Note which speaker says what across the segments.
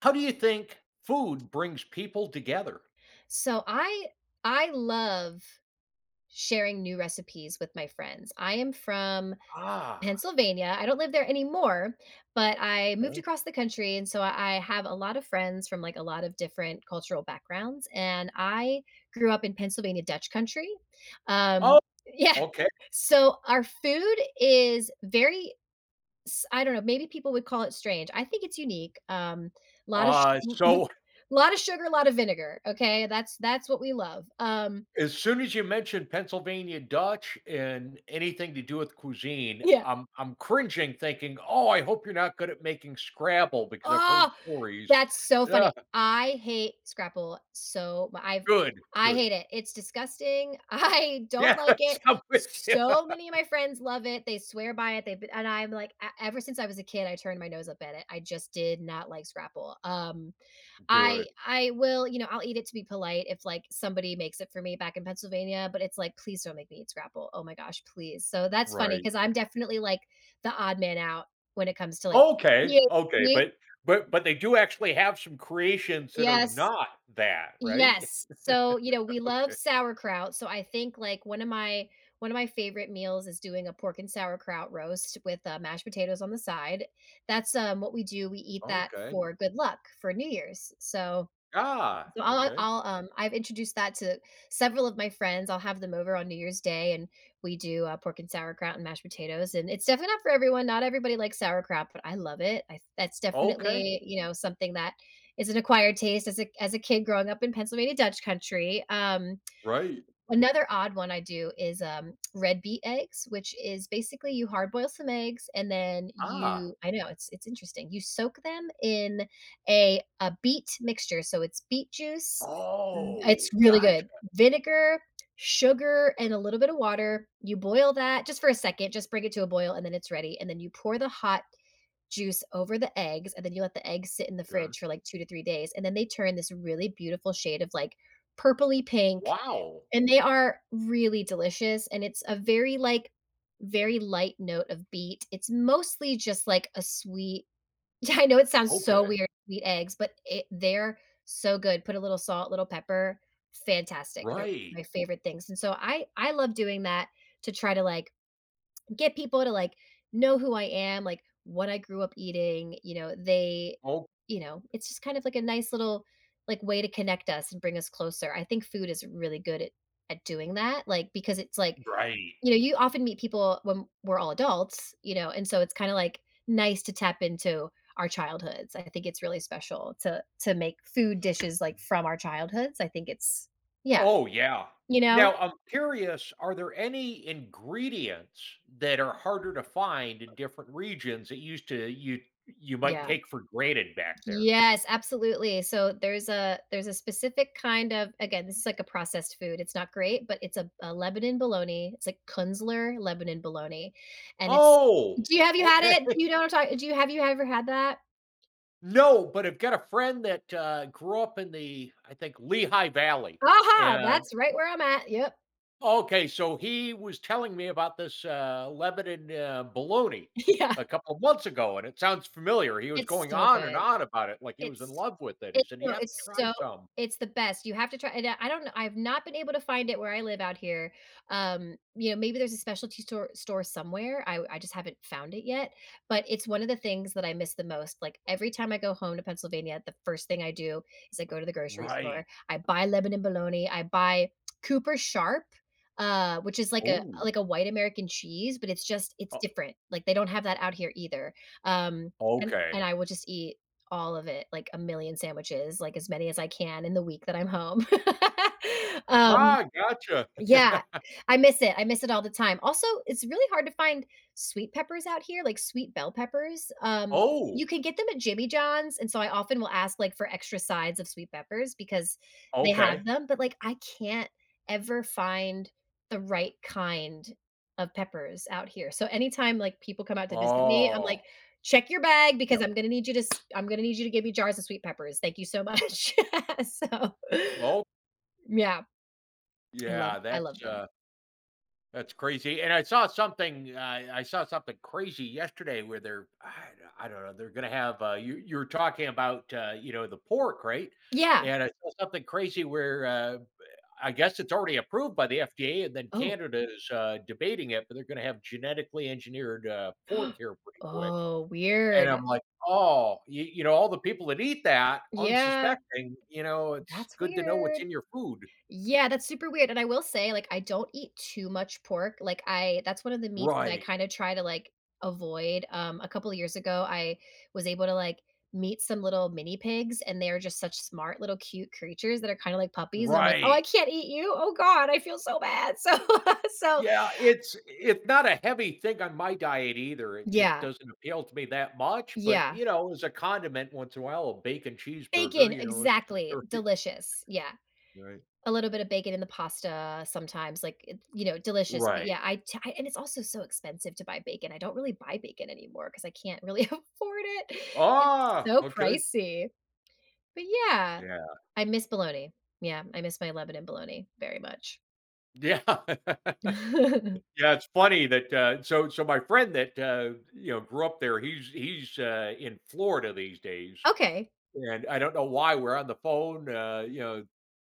Speaker 1: How do you think food brings people together?
Speaker 2: So I love sharing new recipes with my friends. I am from
Speaker 1: Ah.
Speaker 2: Pennsylvania. I don't live there anymore, but I moved
Speaker 1: Okay.
Speaker 2: across the country, and so I have a lot of friends from, like, a lot of different cultural backgrounds, and I grew up in Pennsylvania Dutch country.
Speaker 1: Oh,
Speaker 2: Um yeah.
Speaker 1: okay.
Speaker 2: So our food is very S I don't know, maybe people would call it strange. I think it's unique. A lot of sh
Speaker 1: Uh, so
Speaker 2: lot of sugar, a lot of vinegar, okay? That's what we love.
Speaker 1: as soon as you mentioned Pennsylvania Dutch and anything to do with cuisine,
Speaker 2: Yeah.
Speaker 1: I'm cringing thinking, "Oh, I hope you're not good at making Scrabble because I've heard
Speaker 2: Oh,
Speaker 1: stories."
Speaker 2: that's so
Speaker 1: Yeah,
Speaker 2: funny. I hate scrapple so mu I've
Speaker 1: good,
Speaker 2: I
Speaker 1: good.
Speaker 2: hate it. It's disgusting. I don't
Speaker 1: Yes,
Speaker 2: like it.
Speaker 1: I'm with you.
Speaker 2: So many of my friends love it. They swear by it. They've been, and I'm like, e ever since I was a kid, I turned my nose up at it. I just did not like scrapple. I
Speaker 1: Good,
Speaker 2: I will, you know, I'll eat it to be polite if, like, somebody makes it for me back in Pennsylvania, but it's like, please don't make me eat scrapple. Oh my gosh, please. So that's funny
Speaker 1: right.
Speaker 2: because I'm definitely like the odd man out when it comes to like
Speaker 1: Okay,
Speaker 2: yeah,
Speaker 1: okay,
Speaker 2: ye-
Speaker 1: but they do actually have some creations that are
Speaker 2: yes,
Speaker 1: not that, right?
Speaker 2: yes. So you know, we love
Speaker 1: Okay.
Speaker 2: sauerkraut. So I think, like, one of my favorite meals is doing a pork and sauerkraut roast with mashed potatoes on the side. That's what we do. We eat that
Speaker 1: Okay.
Speaker 2: for good luck for New Year's. So
Speaker 1: Ah, okay.
Speaker 2: I'll, I've introduced that to several of my friends. I'll have them over on New Year's Day, and we do, pork and sauerkraut and mashed potatoes, and it's definitely not for everyone. Not everybody likes sauerkraut, but I love it. I that's
Speaker 1: Okay.
Speaker 2: definitely, you know, something that is an acquired taste as a kid growing up in Pennsylvania Dutch country.
Speaker 1: Right.
Speaker 2: Another odd one I do is, red beet eggs, which is basically you hard boil some eggs and then
Speaker 1: Ah.
Speaker 2: you I know, it's interesting. You soak them in a beet mixture, so it's beet juice v it's
Speaker 1: Oh,
Speaker 2: really
Speaker 1: gotcha.
Speaker 2: good. Vinegar, sugar, and a little bit of water. You boil that just for a second, just bring it to a boil, and then it's ready, and then you pour the hot juice over the eggs, and then you let the eggs sit in the
Speaker 1: Okay.
Speaker 2: fridge for, like, 2 to 3 days, and then they turn this really beautiful shade of, like, purpley pink,
Speaker 1: Wow.
Speaker 2: and they are really delicious, and it's a very, like, very light note of beet. It's mostly just like a sweet I know it sounds so
Speaker 1: Okay.
Speaker 2: weird, sweet eggs, but it they're so good. Put a little salt, little pepper, fantastic. They're
Speaker 1: Right.
Speaker 2: my favorite things, and so I love doing that to try to, like, get people to like know who I am, like what I grew up eating, you know, they
Speaker 1: Oh,
Speaker 2: you know, it's just kind of like a nice little like way to connect us and bring us closer. I think food is really good at doing that, like because it's like,
Speaker 1: right.
Speaker 2: you know, you often meet people when we're all adults, you know, and so it's kind of like nice to tap into our childhoods. I think it's really special to make food dishes like from our childhoods. I think it's yeah,
Speaker 1: Oh, yeah.
Speaker 2: you know?
Speaker 1: Now, I'm curious, are there any ingredients that are harder to find in different regions that used to you you might
Speaker 2: Yeah.
Speaker 1: take for granted back there?
Speaker 2: Yes, absolutely. So there's a specific kind of again, this is like a processed food. It's not great, but it's a Lebanon bologna. It's like Kunzler Lebanon bologna, and it's.
Speaker 1: Oh,
Speaker 2: Do you have you had
Speaker 1: okay.
Speaker 2: it? Do you know what I'm talking? Do you have you ever had that?
Speaker 1: No, but I've got a friend that, grew up in the, I think, Lehigh Valley,
Speaker 2: Aha!
Speaker 1: and
Speaker 2: That's right where I'm at. Yep.
Speaker 1: okay, so he was telling me about this, Lebanon, bologna
Speaker 2: Yeah,
Speaker 1: a couple of months ago, and it sounds familiar. He was
Speaker 2: it's
Speaker 1: going
Speaker 2: so
Speaker 1: on and
Speaker 2: good.
Speaker 1: on about it like he was in
Speaker 2: It's
Speaker 1: love with it. He
Speaker 2: it's
Speaker 1: said, "You
Speaker 2: so
Speaker 1: have to
Speaker 2: it's
Speaker 1: try
Speaker 2: so
Speaker 1: some."
Speaker 2: it's the best. You have to try, and I don't know, I've not been able to find it where I live out here. You know, maybe there's a specialty store somewhere. I just haven't found it yet, but it's one of the things that I miss the most. Like, every time I go home to Pennsylvania, the first thing I do is I go to the grocery
Speaker 1: Right.
Speaker 2: store. I buy Lebanon bologna, I buy Cooper Sharp, which is
Speaker 1: Oh,
Speaker 2: like a white American cheese, but it's just it's
Speaker 1: o
Speaker 2: different. Like, they don't have that out here either. Um, and
Speaker 1: okay.
Speaker 2: and I will just eat all of it, like a million sandwiches, like as many as I can in the week that I'm home. Um,
Speaker 1: Ah, gotcha.
Speaker 2: yeah, I miss it all the time. Also, it's really hard to find sweet peppers out here, like sweet bell peppers.
Speaker 1: Oh,
Speaker 2: You can get them at Jimmy John's, and so I often will ask, like, for extra sides of sweet peppers because they
Speaker 1: okay.
Speaker 2: have them, but, like, I can't ever find the right kind of peppers out here. So anytime, like, people come out to visit me, I'm
Speaker 1: Oh,
Speaker 2: like, "Check your bag because
Speaker 1: yep.
Speaker 2: I'm gonna need you to s I'm gonna need you to give me jars of sweet peppers. Thank you so much." So,
Speaker 1: Oh,
Speaker 2: yeah,
Speaker 1: yeah,
Speaker 2: I
Speaker 1: that's,
Speaker 2: love them.
Speaker 1: uh that's crazy. And I saw something. I saw something crazy yesterday where they're. I don't know. They're going to have. You you were talking about you know the pork, right?
Speaker 2: Yeah.
Speaker 1: And I saw something crazy where I guess it's already approved by the FDA, and then
Speaker 2: Oh.
Speaker 1: Canada is debating it, but they're going to have genetically engineered pork here pretty quick.
Speaker 2: Oh,
Speaker 1: And I'm
Speaker 2: weird.
Speaker 1: like, oh, you know, all the people that eat that,
Speaker 2: Yeah,
Speaker 1: unsuspecting, you know, it's
Speaker 2: that's
Speaker 1: good to know what's
Speaker 2: weird.
Speaker 1: in your food.
Speaker 2: Yeah, that's super weird, and I will say, like, I don't eat too much pork, like, I that's one of the meats that I
Speaker 1: Right.
Speaker 2: kinda try to, like, avoid, a couple of years ago, I was able to, like, meet some little mini pigs, and they are just such smart little cute creatures that are kinda like puppies, and I'm like, "Oh, I
Speaker 1: Right.
Speaker 2: can't eat you. Oh god, I feel so bad." So so
Speaker 1: Yeah, it's not a heavy thing on my diet either. It just
Speaker 2: Yeah,
Speaker 1: doesn't appeal to me that much, but,
Speaker 2: yeah.
Speaker 1: you know, as a condiment once in a while, a bacon cheeseburger,
Speaker 2: Bacon,
Speaker 1: you know, it's
Speaker 2: exactly,
Speaker 1: right,
Speaker 2: delicious, yeah.
Speaker 1: right.
Speaker 2: A little bit of bacon in the pasta sometimes, like, it you know, delicious, but
Speaker 1: Right.
Speaker 2: yeah, I and it's also so expensive to buy bacon, I don't really buy bacon anymore because I can't really afford it. It's
Speaker 1: Ah,
Speaker 2: so
Speaker 1: okay.
Speaker 2: pricey. But yeah,
Speaker 1: Yeah.
Speaker 2: I miss bologna. Yeah, I miss my Lebanon bologna very much.
Speaker 1: Yeah. Yeah, it's funny that, so my friend that, you know, grew up there, he's in Florida these days.
Speaker 2: Okay,
Speaker 1: And I don't know why we're on the phone, you know, a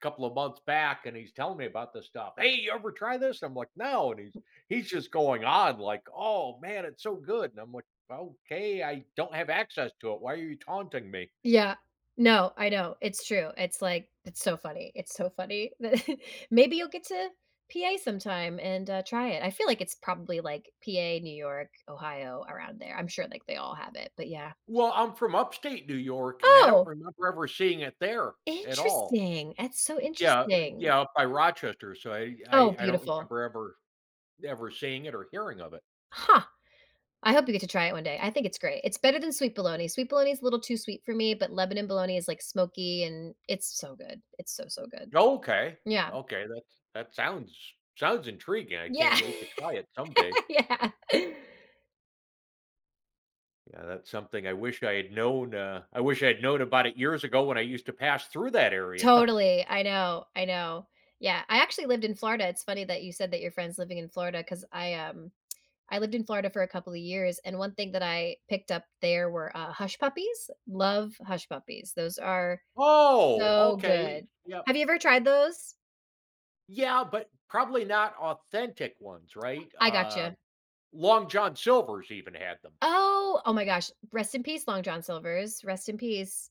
Speaker 1: couple of months back, and he's telling me about this stuff. Hey, you ever try this? I'm like, no. And he's just going on like, oh man, it's so good. And I'm like, okay, I don't have access to it. Why are you taunting me?
Speaker 2: yeah. No, I know, it's true, it's like it's so funny that maybe you'll get to PA sometime and, try it. I feel like it's probably, like, PA, New York, Ohio, around there. I'm sure, like, they all have it, but yeah.
Speaker 1: Well, I'm from upstate New York, and I don't
Speaker 2: Oh,
Speaker 1: remember ever seeing it there at all.
Speaker 2: interesting, that's so
Speaker 1: Yeah,
Speaker 2: interesting.
Speaker 1: yeah, up by Rochester. So I
Speaker 2: Oh,
Speaker 1: I, I don't
Speaker 2: beautiful.
Speaker 1: remember ever seeing it or hearing of it.
Speaker 2: Huh, I hope you get to try it one day, I think it's great. It's better than sweet bologna. Sweet bologna is a little too sweet for me, but Lebanon bologna is, like, smoky and it's so good. It's so, so good.
Speaker 1: Oh, okay.
Speaker 2: Yeah.
Speaker 1: Okay, that sounds sounds intriguing, I
Speaker 2: Yeah.
Speaker 1: can't wait to try it someday.
Speaker 2: Yeah.
Speaker 1: Yeah, that's something I wish I had known, I wish I had known about it years ago when I used to pass through that area.
Speaker 2: Totally. I know, I know. Yeah, I actually lived in Florida. It's funny that you said that your friend's living in Florida, because I lived in Florida for a couple of years, and one thing that I picked up there were, hush puppies. Love hush puppies. Those are
Speaker 1: Oh,
Speaker 2: so
Speaker 1: okay,
Speaker 2: good.
Speaker 1: yep.
Speaker 2: Have you ever tried those?
Speaker 1: Yeah, but probably not authentic ones, right?
Speaker 2: I got you.
Speaker 1: Long John Silver's even had them.
Speaker 2: Oh! Oh my gosh. Rest in peace, Long John Silvers. Rest in peace.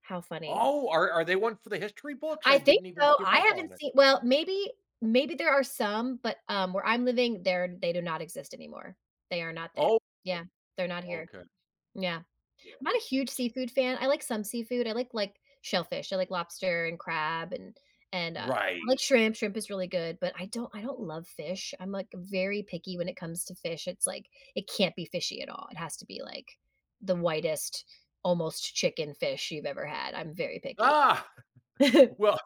Speaker 2: How funny.
Speaker 1: Oh, are they one for the history books? I
Speaker 2: I think
Speaker 1: didn't even
Speaker 2: so.
Speaker 1: keep
Speaker 2: I
Speaker 1: up on
Speaker 2: haven't
Speaker 1: it.
Speaker 2: seen well, maybe there are some, but, where I'm living, there they do not exist anymore. They are not there.
Speaker 1: Oh,
Speaker 2: Yeah, they're not here.
Speaker 1: okay, okay,
Speaker 2: Yeah. I'm
Speaker 1: yeah,
Speaker 2: not a huge seafood fan. I like some seafood. I like, shellfish. I like lobster and crab and, I
Speaker 1: right.
Speaker 2: like shrimp. Shrimp is really good, but I don't love fish. I'm, like, very picky when it comes to fish. It's like it can't be fishy at all. It has to be, like, the whitest, almost chicken fish you've ever had. I'm very picky.
Speaker 1: Ah, well,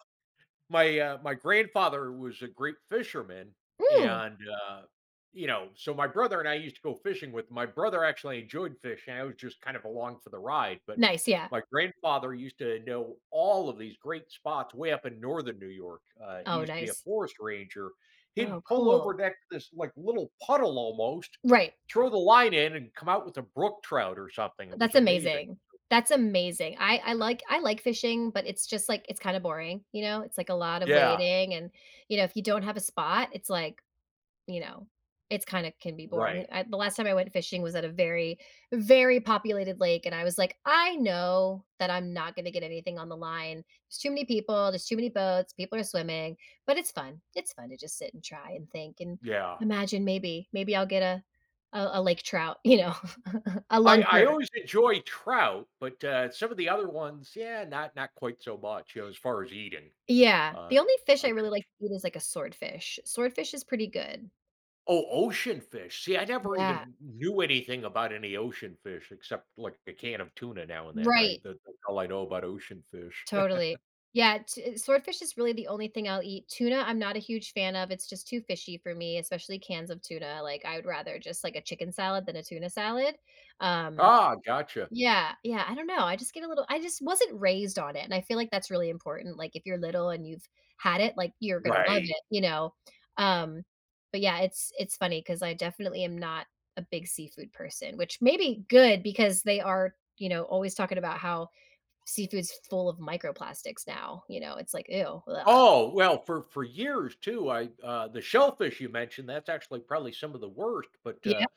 Speaker 1: my, my grandfather was a great fisherman,
Speaker 2: Mm.
Speaker 1: and, uh, you know, so my brother and I used to go fishing with my brother actually enjoyed fishing, I was just kind of along for the ride, but
Speaker 2: Nice, yeah.
Speaker 1: my grandfather used to know all of these great spots way up in Northern New York, he
Speaker 2: Oh,
Speaker 1: used to be a
Speaker 2: nice.
Speaker 1: forest ranger. He'd
Speaker 2: Oh,
Speaker 1: pull over
Speaker 2: cool.
Speaker 1: next to this, like, little puddle almost,
Speaker 2: Right.
Speaker 1: throw the line in, and come out with a brook trout or something, it was
Speaker 2: That's
Speaker 1: amazing.
Speaker 2: amazing. That's amazing. I I like fishing, but it's just, like, it's kinda boring, you know? It's, like, a lot of
Speaker 1: Yeah,
Speaker 2: waiting and, you know, if you don't have a spot, it's like, you know, it's kinda can be boring.
Speaker 1: right,
Speaker 2: I the last time I went fishing was at a very, very populated lake, and I was like, "I know that I'm not gonna get anything on the line. There's too many people, there's too many boats, people are swimming, but it's fun. It's fun to just sit and try and think and
Speaker 1: yeah.
Speaker 2: imagine maybe I'll get a lake trout, you know, a
Speaker 1: I
Speaker 2: lunker."
Speaker 1: always enjoy trout, but, some of the other ones, yeah, not not quite so much, you know, as far as eating.
Speaker 2: Yeah.
Speaker 1: Uh,
Speaker 2: The only fish
Speaker 1: I
Speaker 2: I really
Speaker 1: think
Speaker 2: like to eat is like a swordfish. Swordfish is pretty good.
Speaker 1: Oh, ocean fish. See, I never
Speaker 2: Yeah.
Speaker 1: even knew anything about any ocean fish except, like, a can of tuna now and then, right?
Speaker 2: Right.
Speaker 1: That that's all I know about ocean fish.
Speaker 2: Totally. Yeah, t swordfish is really the only thing I'll eat. Tuna, I'm not a huge fan of, it's just too fishy for me, especially cans of tuna, like, I would rather just, like, a chicken salad than a tuna salad. Um
Speaker 1: Ah, gotcha.
Speaker 2: Yeah, yeah, I don't know, I just get a little I just wasn't raised on it, and I feel like that's really important, like, if you're little and you've had it, like, you're gonna love
Speaker 1: Right.
Speaker 2: it, you know? Um, but yeah, it's funny because I definitely am not a big seafood person, which may be good because they are, always talking about how seafood's full of microplastics now, it's like, ew, ugh.
Speaker 1: Oh, well, for years too, I the shellfish you mentioned, that's actually probably some of the worst, but,
Speaker 2: Yeah.
Speaker 1: uh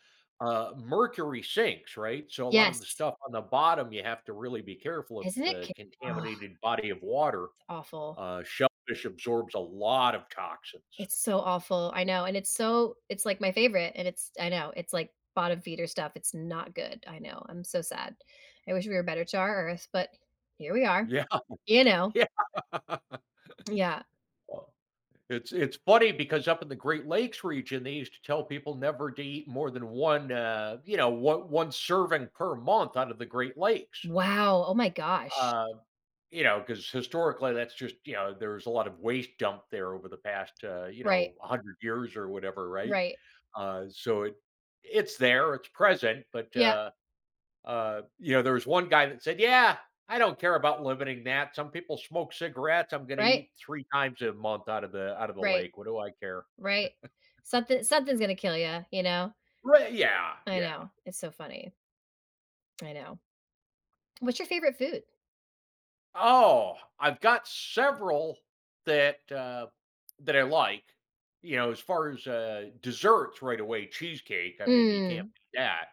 Speaker 1: uh, mercury sinks, right? So a lot of the
Speaker 2: Yes.
Speaker 1: stuff on the bottom, you have to really be careful if
Speaker 2: Isn't
Speaker 1: it's
Speaker 2: it
Speaker 1: a
Speaker 2: ki Ugh,
Speaker 1: contaminated body of water.
Speaker 2: it's awful.
Speaker 1: Shellfish absorbs a lot of toxins.
Speaker 2: It's so awful, I know, and it's, like, my favorite, and it's I know, it's, like, bottom feeder stuff, it's not good, I know, I'm so sad. I wish we were better to our earth, but here we are,
Speaker 1: Yeah,
Speaker 2: you know?
Speaker 1: yeah.
Speaker 2: Yeah.
Speaker 1: Well, it's funny because up in the Great Lakes region, they used to tell people never to eat more than one, you know, one serving per month out of the Great Lakes.
Speaker 2: Wow, oh my gosh.
Speaker 1: Uh, You know, because historically, that's just you know, there's a lot of waste dump there over the past, you
Speaker 2: Right,
Speaker 1: know, 100 years or whatever, right?
Speaker 2: right.
Speaker 1: So it's there, it's present, but,
Speaker 2: Yeah,
Speaker 1: uh uh, you know, there was one guy that said, "Yeah, I don't care about limiting that. Some people smoke cigarettes. I'm gonna
Speaker 2: right,
Speaker 1: eat 3 times a month out of the
Speaker 2: right,
Speaker 1: lake. What do I care?"
Speaker 2: right. Something's gonna kill you. You know?
Speaker 1: Right, yeah,
Speaker 2: I
Speaker 1: yeah.
Speaker 2: know, it's so funny, I know. What's your favorite food?
Speaker 1: Oh, I've got several that, that I like, you know, as far as, desserts right away, cheesecake, I mean, you can't
Speaker 2: Mm,
Speaker 1: beat that,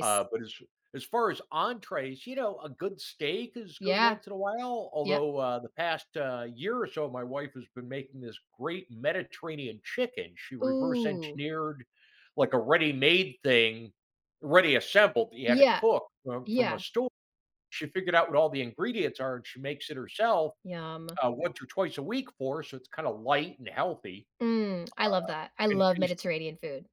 Speaker 1: uh, but as as far as entrees, you know, a good steak is good
Speaker 2: Yeah,
Speaker 1: once in a while,
Speaker 2: yep.
Speaker 1: although, the past, year or so, my wife has been making this great Mediterranean chicken. She reverse
Speaker 2: Ooh,
Speaker 1: engineered, like, a ready-made thing, ready assembled that you had to
Speaker 2: yeah,
Speaker 1: cook from a
Speaker 2: yeah,
Speaker 1: store. She figured out what all the ingredients are, and she makes it herself,
Speaker 2: yum.
Speaker 1: once or twice a week for us, so it's kinda light and healthy
Speaker 2: Mm, I love that. I
Speaker 1: and
Speaker 2: love
Speaker 1: tasty.
Speaker 2: Mediterranean food.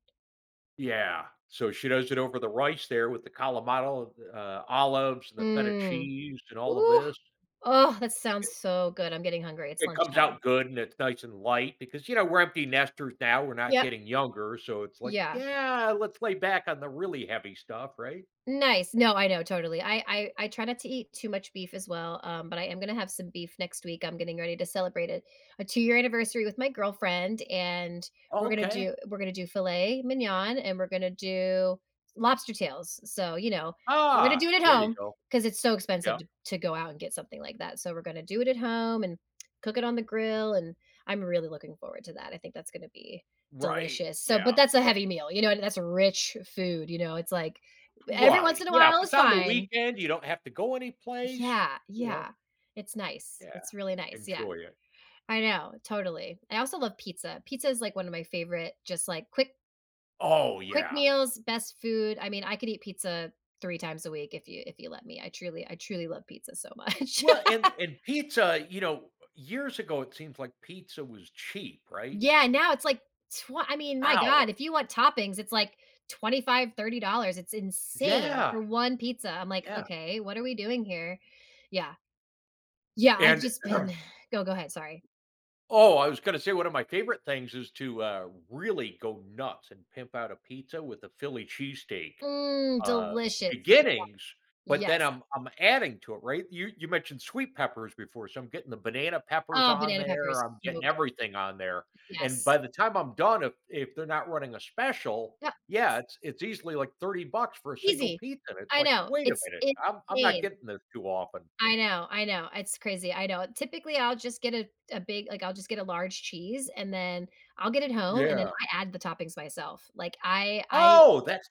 Speaker 1: Yeah. So she does it over the rice there with the Kalamata, olives, and the feta
Speaker 2: Mm,
Speaker 1: cheese, and all of
Speaker 2: ooh,
Speaker 1: this.
Speaker 2: oh, that sounds
Speaker 1: It
Speaker 2: so good. I'm getting hungry. It's
Speaker 1: it comes
Speaker 2: lunchtime.
Speaker 1: out good, and it's nice and light because, you know, we're empty nesters now, we're not
Speaker 2: Yep,
Speaker 1: getting younger, so it's like,
Speaker 2: yeah.
Speaker 1: "Yeah, let's lay back on the really heavy stuff," right?
Speaker 2: Nice. No, I know, totally. I try not to eat too much beef as well, but I am gonna have some beef next week. I'm getting ready to celebrate it a two-year anniversary with my girlfriend, and we're gonna
Speaker 1: "Okay.
Speaker 2: do we're gonna do filet mignon, and we're gonna do lobster tails. So, we're gonna do
Speaker 1: Ah."
Speaker 2: it at
Speaker 1: There you
Speaker 2: home
Speaker 1: go.
Speaker 2: because it's so expensive
Speaker 1: Yep.
Speaker 2: to go out and get something like that. So we're gonna do it at home and cook it on the grill, and I'm really looking forward to that. I think that's gonna be
Speaker 1: Right.
Speaker 2: delicious. So,
Speaker 1: Yeah.
Speaker 2: but that's a heavy meal, that's rich food, it's like but every once
Speaker 1: Right,
Speaker 2: in a
Speaker 1: yeah, if
Speaker 2: while
Speaker 1: it's
Speaker 2: is
Speaker 1: on the
Speaker 2: fine.
Speaker 1: weekend, you don't have to go anyplace,
Speaker 2: Yeah,
Speaker 1: you know,
Speaker 2: yeah. It's nice.
Speaker 1: yeah,
Speaker 2: It's really nice. Yeah.
Speaker 1: enjoy it.
Speaker 2: I know, totally. I also love pizza. Pizza is like one of my favorite just like quick
Speaker 1: Oh,
Speaker 2: quick
Speaker 1: yeah.
Speaker 2: meals, best food. I mean, I could eat pizza 3 times a week if you let me. I truly love pizza so much.
Speaker 1: Well, and pizza, you know, years ago, it seems like pizza was cheap, right?
Speaker 2: Yeah, now it's like twen I mean, my
Speaker 1: Ow.
Speaker 2: god, if you want toppings, it's like 25, $30. It's insane
Speaker 1: Yeah,
Speaker 2: for 1 pizza. I'm like,
Speaker 1: yeah,
Speaker 2: "Okay, what are we doing here?" Yeah. Yeah, I've
Speaker 1: and
Speaker 2: just been Go ahead, sorry.
Speaker 1: oh, I was gonna say one of my favorite things is to, really go nuts and pimp out a pizza with a Philly cheesesteak.
Speaker 2: Mmm,
Speaker 1: uh,
Speaker 2: delicious, y
Speaker 1: beginnings, but then
Speaker 2: yes.
Speaker 1: I'm adding to it, right? You mentioned sweet peppers before, so I'm getting the banana peppers
Speaker 2: Oh,
Speaker 1: on
Speaker 2: banana pepper
Speaker 1: there,
Speaker 2: is
Speaker 1: I'm
Speaker 2: so
Speaker 1: getting
Speaker 2: good,
Speaker 1: everything on there, and by
Speaker 2: yes.
Speaker 1: the time I'm done, if they're not running a special,
Speaker 2: Yep,
Speaker 1: yeah, it's easily like 30 bucks for a single
Speaker 2: easy.
Speaker 1: pizza, and it's
Speaker 2: I
Speaker 1: like,
Speaker 2: know,
Speaker 1: "Wait a
Speaker 2: it's
Speaker 1: minute, I'm not
Speaker 2: insane.
Speaker 1: getting this too often."
Speaker 2: I know, it's crazy, I know. Typically, I'll just get a big like, I'll just get a large cheese, and then I'll get it home, and then
Speaker 1: Yeah.
Speaker 2: I add the toppings myself. Like, I I
Speaker 1: Oh, that's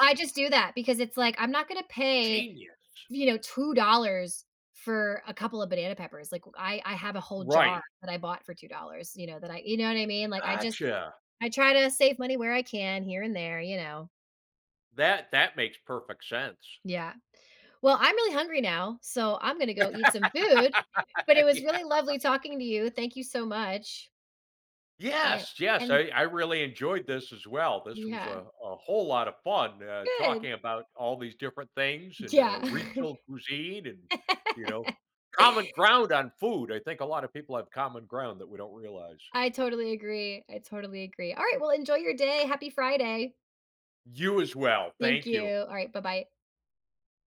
Speaker 2: I just do that because it's like, I'm not gonna pay,
Speaker 1: Genius.
Speaker 2: $2 for a couple of banana peppers, like, I have a whole
Speaker 1: Right.
Speaker 2: jar that I bought for $2, that I you know what I mean? Like,
Speaker 1: Gotcha.
Speaker 2: I try to save money where I can here and there, you know.
Speaker 1: That that makes perfect sense.
Speaker 2: Yeah. Well, I'm really hungry now, so I'm gonna go eat some food, but it was
Speaker 1: Yeah.
Speaker 2: really lovely talking to you. Thank you so much. And
Speaker 1: Yes, yes,
Speaker 2: and
Speaker 1: I really enjoyed this as well. This was
Speaker 2: yeah.
Speaker 1: a whole lot of fun,
Speaker 2: Good.
Speaker 1: talking about all these different things and,
Speaker 2: Yeah.
Speaker 1: regional cuisine and, you know, common ground on food. I think a lot of people have common ground that we don't realize.
Speaker 2: I totally agree. I totally agree. All right, well, enjoy your day. Happy Friday.
Speaker 1: You as well,
Speaker 2: Thank
Speaker 1: thank
Speaker 2: you.
Speaker 1: you.
Speaker 2: All right, bye-bye.